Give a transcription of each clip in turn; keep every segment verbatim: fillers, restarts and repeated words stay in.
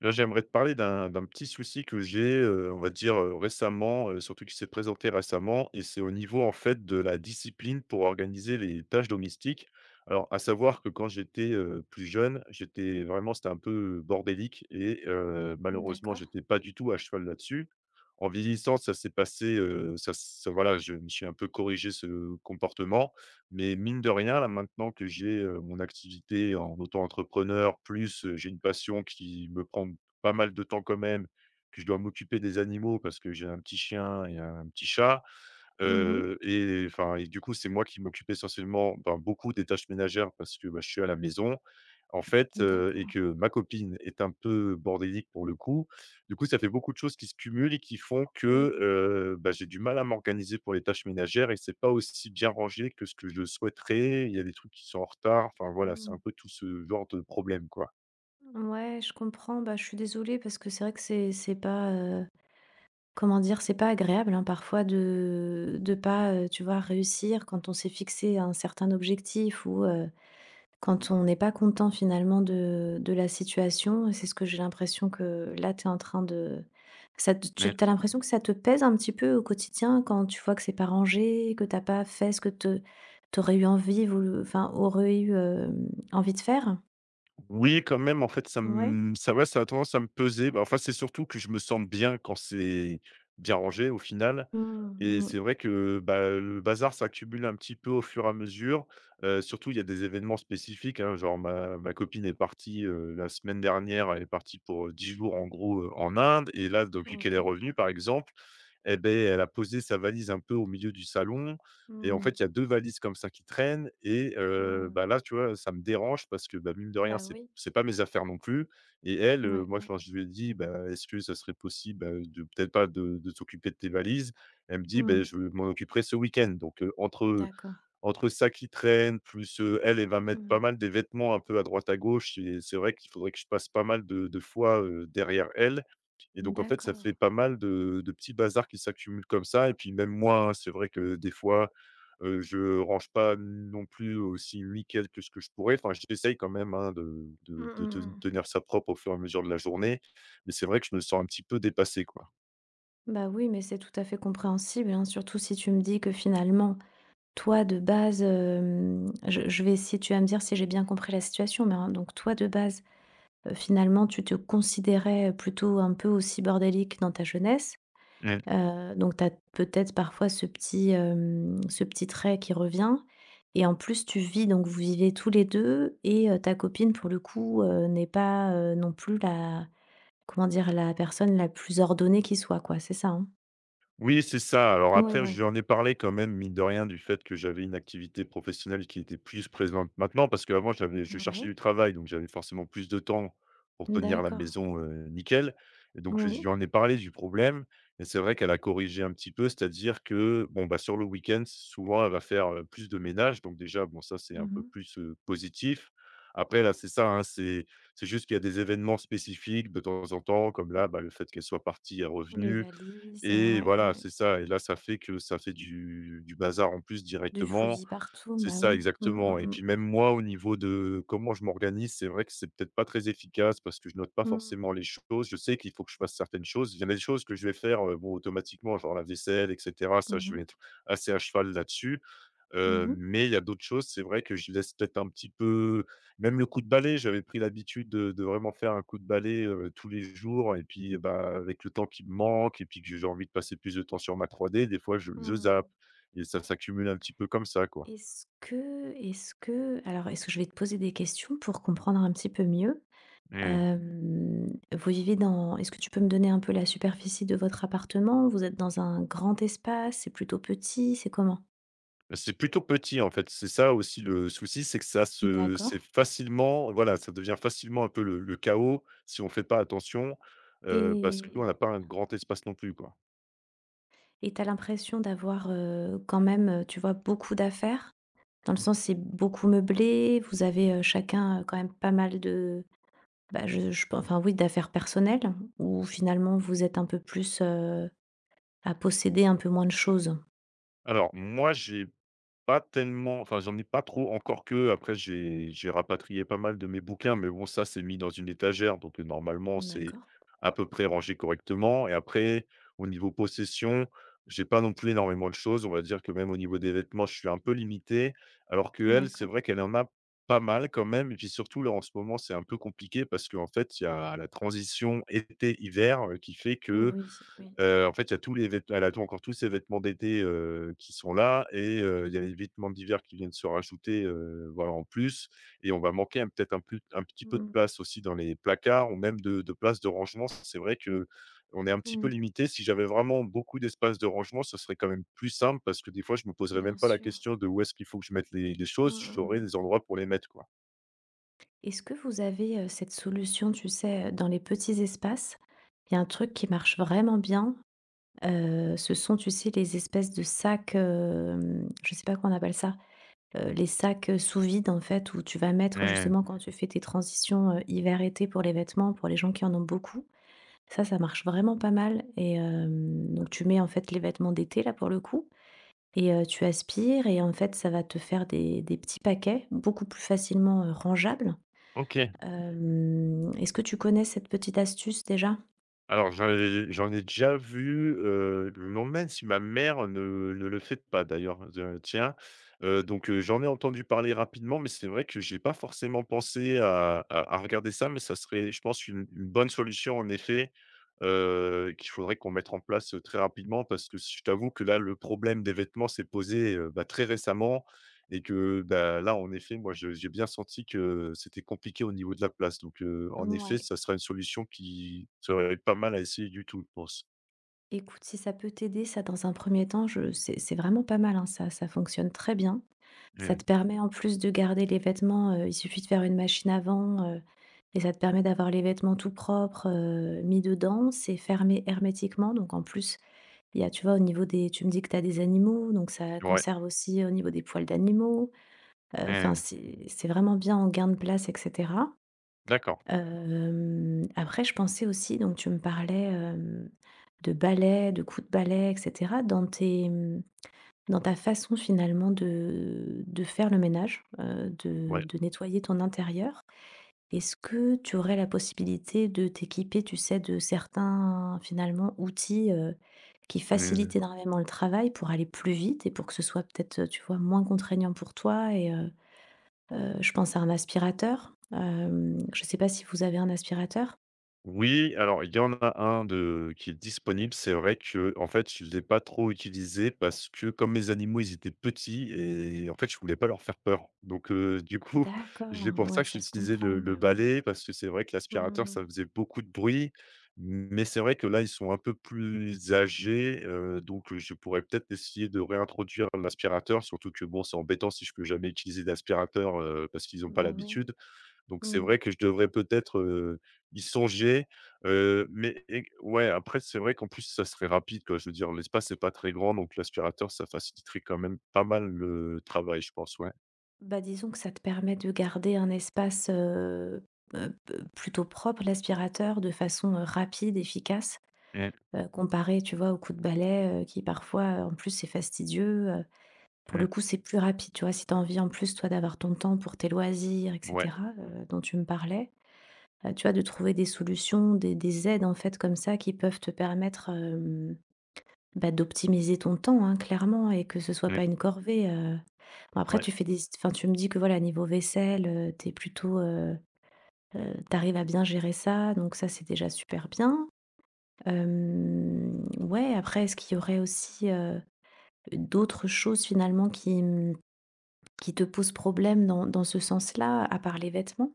Là, j'aimerais te parler d'un d'un petit souci que j'ai, heu, on va dire, heu, récemment, heu, surtout qui s'est présenté récemment et c'est au niveau, en fait, de la discipline pour organiser les tâches domestiques. Alors, à savoir que quand j'étais, heu, plus jeune, j'étais vraiment c'était un peu bordélique et heu, malheureusement, D'accord. j'étais pas du tout à cheval là-dessus. En vieillissant, ça s'est passé, heu, ça s ça- voilà, je me suis un peu corrigé ce comportement, mais mine de rien, là, maintenant que j'ai, heu, mon activité en auto-entrepreneur, plus, heu, j'ai une passion qui me prend pas mal de temps quand même, que je dois m'occuper des animaux parce que j'ai un petit chien et un petit chat, Mmh. heu et enfin et du coup, c'est moi qui m'occupe essentiellement, ben, beaucoup des tâches ménagères parce que, bah, je suis à la maison, en fait, heu et D'accord. que ma copine est un peu bordélique pour le coup, du coup, ça fait beaucoup de choses qui se cumulent et qui font que, Mmh. heu, bah, j'ai du mal à m'organiser pour les tâches ménagères et c'est pas aussi bien rangé que ce que je souhaiterais. Il y a des trucs qui sont en retard. Enfin voilà, c'est Mmh. un peu tout ce genre de problème, quoi. Ouais, je comprends. Bah, je suis désolée parce que c'est vrai que c'est c'est pas, heu, comment dire? C'est pas agréable, hein, parfois de de pas, heu, tu vois, réussir quand on s'est fixé un certain objectif ou quand on n'est pas content finalement de de la situation. C'est ce que j'ai l'impression que là, tu es en train de. Ça te Tu as l'impression que ça te pèse un petit peu au quotidien quand tu vois que c'est pas rangé, que t'as pas fait ce que tu aurais eu envie, voulu enfin, aurais eu, hem, envie de faire? Oui, quand même, en fait, ça Ouais. me ça ouais, ça a tendance à me peser. Bah, enfin, c'est surtout que je me sens bien quand c'est bien rangé, au final, Mmh, et mmh. c'est vrai que, bah, le bazar s'accumule un petit peu au fur et à mesure. Heu, surtout, il y a des événements spécifiques, hein, genre ma ma copine est partie, heu, la semaine dernière, elle est partie pour, heu, dix jours, en gros, heu, en Inde, et là, depuis qu'elle est OK. revenue, par exemple, et ben, elle a posé sa valise un peu au milieu du salon et en Mmh. fait, il y a deux valises comme ça qui traînent et heu, Mmh. bah, là, tu vois, ça me dérange parce que, bah, mine de rien, Bah, c'est oui. c'est pas mes affaires non plus. Et elle, heu, Ouais, moi, ouais. quand je lui ai dit: «Bah, est-ce que ça serait possible, bah, de peut-être pas de de s'occuper de tes valises?», elle me dit: Mmh. «Beh, je m'en occuperai ce week-end», donc heu, entre D'accord. entre ça qui traîne plus, heu, elle, elle va mettre Mmh. pas mal des vêtements un peu à droite à gauche et c'est vrai qu'il faudrait que je passe pas mal de de fois, heu, derrière elle. Et donc en fait, ça D'accord. fait pas mal de de petits bazars qui s'accumulent comme ça et puis même moi, hein, c'est vrai que des fois, heu, je range pas non plus aussi nickel que ce que je pourrais. Enfin, j'essaye quand même, hein, de de Mmh, de mmh, ten mmh. tenir ça propre au fur et à mesure de la journée, mais c'est vrai que je me sens un petit peu dépassé, quoi. Bah, oui, mais c'est tout à fait compréhensible, hein, surtout si tu me dis que finalement toi, de base, hem, je je vais essayer, tu vas me dire si j'ai bien compris la situation, mais hein. Donc toi, de base, heu, finalement, tu te considérais plutôt un peu aussi bordélique dans ta jeunesse. Heu, donc tu as peut-être parfois ce petit, hem, ce petit trait qui revient, et en plus tu vis donc vous vivez tous les deux, et heu, ta copine pour le coup, heu, n'est pas, heu, non plus la, comment dire? La personne la plus ordonnée qui soit, quoi, c'est ça, hein? Oui, c'est ça. Alors Oui, après, oui. j'en ai parlé quand même, mine de rien, du fait que j'avais une activité professionnelle qui était plus présente maintenant, parce qu'avant, j'avais je cherchais Ouais. du travail, donc j'avais forcément plus de temps pour tenir la D'accord. maison, heu, nickel, et donc je Oui. lui en ai parlé du problème et c'est vrai qu'elle a corrigé un petit peu, c'est-à-dire que, bon, bah, sur le week-end, souvent, elle va faire, heu, plus de ménage, donc déjà, bon, ça, c'est un peu Mmh. plus, heu, positif. Après là, c'est ça, hein, c'est c'est juste qu'il y a des événements spécifiques de temps en temps, comme là, bah, le fait qu'elle soit partie, est Les revenue. valises, heu, Et ouais, voilà, ouais. c'est ça et là, ça fait que ça fait du du bazar en plus Du directement. fouillis partout, C'est bah ça oui. Mmh, exactement et mmh. puis même moi au niveau de comment je m'organise, c'est vrai que c'est peut-être pas très efficace parce que je note pas Mh. Mmh. forcément les choses. Je sais qu'il faut que je fasse certaines choses. Il y en a des choses que je vais faire, heu, bon, automatiquement, genre la vaisselle et cetera, ça Mmh. je vais Mh. être assez à cheval là-dessus. Heu, Mmh. mais il y a d'autres choses, c'est vrai que j'y laisse peut-être un petit peu. Même le coup de balai, j'avais pris l'habitude de de vraiment faire un coup de balai, heu, tous les jours, et puis, bah, avec le temps qui me manque et puis que j'ai envie de passer plus de temps sur ma trois d, des fois je je Mmh. zappe et ça s'accumule un petit peu comme ça, quoi. Est-ce que est-ce que alors est-ce que je vais te poser des questions pour comprendre un petit peu mieux? Mmh. Hem, vous vivez dans Est-ce que tu peux me donner un peu la superficie de votre appartement? Vous êtes dans un grand espace? C'est plutôt petit? C'est comment? C'est plutôt petit, en fait, c'est ça aussi le souci, c'est que ça se D'accord. c'est facilement, voilà, ça devient facilement un peu le le chaos si on fait pas attention, heu, parce qu'on n'a et pas un grand espace non plus, quoi. et t'as l'impression d'avoir, heu, quand même, heu, tu vois, beaucoup d'affaires? Dans le sens, c'est beaucoup meublé, vous avez, heu, chacun, heu, quand même pas mal de, bah, je je enfin, oui, d'affaires personnelles, où finalement vous êtes un peu plus, heu, à posséder un peu moins de choses? Alors moi j'ai pas tellement, enfin, j'en ai pas trop, encore que, après, j'ai j'ai rapatrié pas mal de mes bouquins, mais bon, ça, c'est mis dans une étagère, donc, heu, normalement, c'est D'accord, à peu près rangé correctement et après, au niveau possession, j'ai pas non plus énormément de choses. On va dire que même au niveau des vêtements, je suis un peu limité, alors que elle c'est d'accord. vrai qu'elle en a pas mal quand même et puis surtout, là, en ce moment, c'est un peu compliqué parce qu'en fait, il y a la transition été-hiver, heu, qui fait que Oui, oui. Heu, en fait, il y a tous les vêtements. Elle a tout encore tous ses vêtements d'été, heu, qui sont là et heu, il y a les vêtements d'hiver qui viennent se rajouter, heu, voilà, en plus, et on va manquer un peut-être un plus un petit peu de Mmh, place aussi dans les placards ou même de de place de rangement. C'est vrai que on est un petit peu mmh, limité. Si j'avais vraiment beaucoup d'espace de rangement, ce serait quand même plus simple parce que des fois, je me poserais bien même pas la sûr. question de où est-ce qu'il faut que je mette les les Mmh. choses. Mh, J'aurais mmh. des endroits pour les mettre, quoi. Est-ce que vous avez, heu, cette solution, tu sais, heu, dans les petits espaces? Il y a un truc qui marche vraiment bien, heu, ce sont, tu sais, les espèces de sacs, hem, je sais pas comment on appelle ça. Heu, les sacs, heu, sous vide en fait, où tu vas mettre Mmh. justement quand tu fais tes transitions, heu, hiver-été, pour les vêtements, pour les gens qui en ont beaucoup. Ça, ça marche vraiment pas mal, et hem, donc tu mets en fait les vêtements d'été là pour le coup, et heu, tu aspires, et en fait ça va te faire des des petits paquets beaucoup plus facilement, heu, rangeables. OK. Hem, est-ce que tu connais cette petite astuce déjà? Alors j'en ai j'en ai déjà vu, heu, je me demande même si ma mère ne ne le fait pas d'ailleurs, heu, tiens. Heu, donc heu, j'en ai entendu parler rapidement, mais c'est vrai que j'ai pas forcément pensé à à à regarder ça, mais ça serait, je pense, une une bonne solution en effet, heu, qu'il faudrait qu'on mette en place, heu, très rapidement, parce que je t'avoue que là, le problème des vêtements s'est posé, heu, bah, très récemment et que, bah, là, en effet, moi, je j'ai bien senti que c'était compliqué au niveau de la place. Donc, heu, en effet, Ouais. ça serait une solution qui serait pas mal à essayer du tout, je pense. Écoute, si ça peut t'aider ça dans un premier temps, je c'est c'est vraiment pas mal, hein, ça ça fonctionne très bien. Ça te Mmh. permet en plus de garder les vêtements, heu, il suffit de faire une machine à vent, heu et ça te permet d'avoir les vêtements tout propres, heu, mis dedans. C'est fermé hermétiquement, donc en plus, il y a tu vois, au niveau des tu me dis que tu as des animaux, donc ça Ouais. conserve aussi au niveau des poils d'animaux. Heu, enfin, Mmh. c'est c'est vraiment bien en gain de place et cetera. D'accord. Hem, après, je pensais aussi, donc tu me parlais, hem, de balai, de coups de balai et cetera. Dans tes, mmh, dans ta façon finalement de de faire le ménage, heu, de Ouais. de nettoyer ton intérieur, est-ce que tu aurais la possibilité de t'équiper, tu sais, de certains finalement outils, heu, qui facilitent Mmh. énormément le travail, pour aller plus vite et pour que ce soit peut-être, euh, tu vois, moins contraignant pour toi, et heu heu, je pense à un aspirateur, hem, je ne sais pas si vous avez un aspirateur? Oui, alors il y en a un de qui est disponible. C'est vrai que en fait, je ne l'ai pas trop utilisé parce que comme mes animaux, ils étaient petits et en fait, je voulais pas leur faire peur. Donc heu, du coup, c'est D'accord, pour ça ouais, que ça se j'utilisais comprend, le le bah oui. balai parce que c'est vrai que l'aspirateur, ça Mmh. faisait beaucoup de bruit. Mais c'est vrai que là, ils sont un peu plus âgés, heu, donc euh, je pourrais peut-être essayer de réintroduire l'aspirateur. Surtout que bon, c'est embêtant si je peux jamais utiliser d'aspirateur, heu, parce qu'ils n'ont pas Bah oui. l'habitude. Donc c'est Mmh. vrai que je devrais peut-être, heu, y songer, heu, mais et ouais, après c'est vrai qu'en plus ça serait rapide, quoi. Je veux dire, l'espace est pas très grand donc l'aspirateur ça faciliterait quand même pas mal le travail, je pense, ouais. Bah, disons que ça te permet de garder un espace, heu heu, p plutôt propre, l'aspirateur, de façon, heu, rapide, efficace, Mmh, heu, comparé, tu vois, au coup de balai, heu, qui parfois, en plus, c'est fastidieux, heu. Pour le mmh, coup, c'est plus rapide, tu vois? Si tu as envie, en plus, toi, d'avoir ton temps pour tes loisirs et ouais, cetera, heu, dont tu me parlais, heu, tu vois, de trouver des solutions, des des aides, en fait, comme ça, qui peuvent te permettre, hem, bah, d'optimiser ton temps, hein, clairement, et que ce soit mmh, pas une corvée, heu. Bon, après, ouais. tu fais des enfin, tu me dis que voilà, niveau vaisselle, heu, tu plutôt, heu heu, tu à bien gérer ça, donc ça, c'est déjà super bien. Hem, ouais, après, est-ce qu'il y aurait aussi, heu, d'autres choses finalement qui, mmh, qui te posent problème dans dans ce sens-là, à part les vêtements?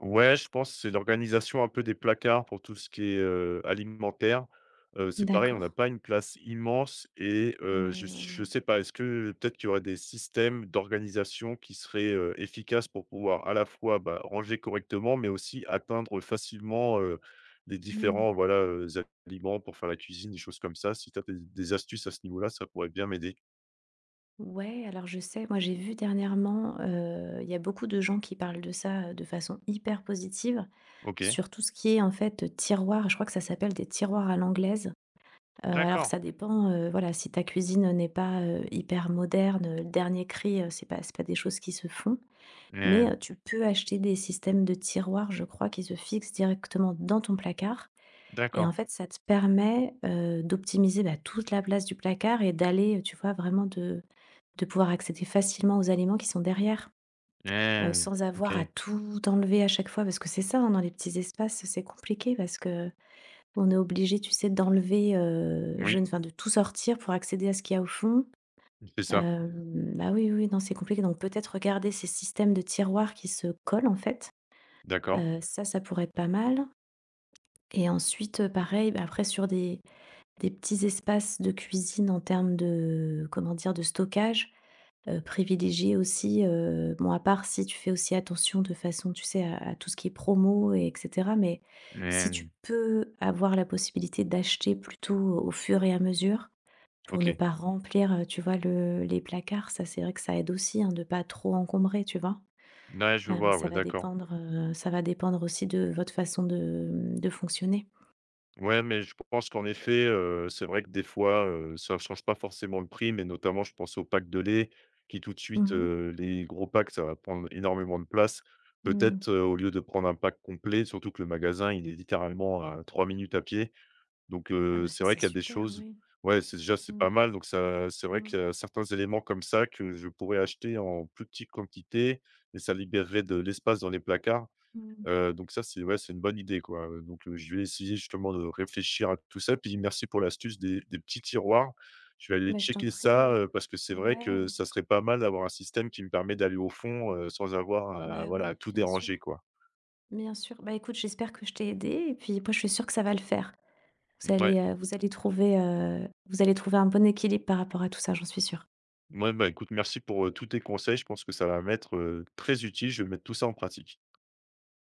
Ouais, je pense, que c'est l'organisation un peu des placards pour tout ce qui est, heu, alimentaire. Heu, c'est pareil, on D'accord. n'a pas une place immense et heu, je Ouais, ouais, s je ouais. sais pas, est-ce que peut-être qu'il y aurait des systèmes d'organisation qui seraient, heu, efficaces pour pouvoir à la fois, bah, ranger correctement, mais aussi atteindre facilement, heu, les Mmh. différents, voilà, heu, aliments pour faire la cuisine, des choses comme ça? Si tu as des des astuces à ce niveau-là, ça pourrait bien m'aider. Ouais, alors je sais, moi j'ai vu dernièrement, heu, il y a beaucoup de gens qui parlent de ça, heu, de façon hyper positive, OK, sur tout ce qui est en fait, tiroir, je crois que ça s'appelle des tiroirs à l'anglaise. Heu, alors, d'accord. ça dépend, heu, voilà, si ta cuisine n'est pas, heu, hyper moderne, heu, le dernier cri, heu, c'est pas c'est pas des choses qui se font. Mais, Mmh, heu, tu peux acheter des systèmes de tiroirs, je crois, qui se fixent directement dans ton placard, et en d'accord. fait ça te permet, heu, d'optimiser, bah, toute la place du placard et d'aller, tu vois, vraiment de de pouvoir accéder facilement aux aliments qui sont derrière, heu, Mmh, sans avoir à OK. tout enlever à chaque fois, parce que c'est ça, hein, dans les petits espaces, c'est compliqué parce que on est obligé, tu sais, d'enlever, heu, je ne Oui, enfin, de tout sortir pour accéder à ce qu'il y a au fond. c'est ça, Hem, bah, oui, oui, non, c'est compliqué, donc peut-être regarder ces systèmes de tiroirs qui se collent, en fait, d'accord. heu, ça, ça pourrait être pas mal, et ensuite, heu, pareil, bah, après sur des des petits espaces de cuisine en termes de, comment dire, de stockage. Heu, privilégier aussi, heu, bon, à part si tu fais aussi attention de façon, tu sais, à à tout ce qui est promo et etc, mais si tu Mmh. peux avoir la possibilité d'acheter plutôt au fur et à mesure, pour ne OK. pas remplir, heu, tu vois, le les placards, ça c'est vrai que ça aide aussi, hein, de pas trop encombrer, tu vois? Ouais, je Heu, mais vois, ça ouais, va d'accord. dépendre, heu, ça va dépendre aussi de votre façon de, mmh, de fonctionner. Ouais, mais je pense qu'en effet, heu, c'est vrai que des fois, heu, ça ne change pas forcément le prix, mais notamment je pense aux packs de lait qui tout de Mmh. suite, Mh. heu, les gros packs, ça va prendre énormément de place. Mmh. Peut-être, heu, au lieu de prendre un pack complet, surtout que le magasin, il est littéralement à trois minutes à pied. Donc, Ah heu, bah c'est ça vrai c'est qu'il y a des super, choses, oui. ouais, c'est déjà, c'est Mmh. pas mal. Donc ça c'est vrai Mmh. qu'il y a certains éléments comme ça que je pourrais acheter en plus petite quantité et ça libérerait de l'espace dans les placards. Mmh. Heu, donc ça, c'est ouais, c'est une bonne idée, quoi, heu, donc heu, je vais essayer justement de réfléchir à tout ça, puis merci pour l'astuce des des petits tiroirs. Je vais aller Mais je t'en checker ça, prie. heu, parce que c'est vrai que Ouais. ça serait pas mal d'avoir un système qui me permet d'aller au fond, heu, sans avoir à Bah voilà, oui, à tout bien sûr, déranger, quoi. bien sûr. Bah écoute, j'espère que je t'ai aidé, et puis moi je suis sûre que ça va le faire. Vous Ouais, allez, heu, vous allez trouver, heu, Vous allez trouver un bon équilibre par rapport à tout ça, j'en suis sûre. ouais, bah, écoute, merci pour, heu, tous tes conseils. Je pense que ça va m'être, heu, très utile. Je vais mettre tout ça en pratique.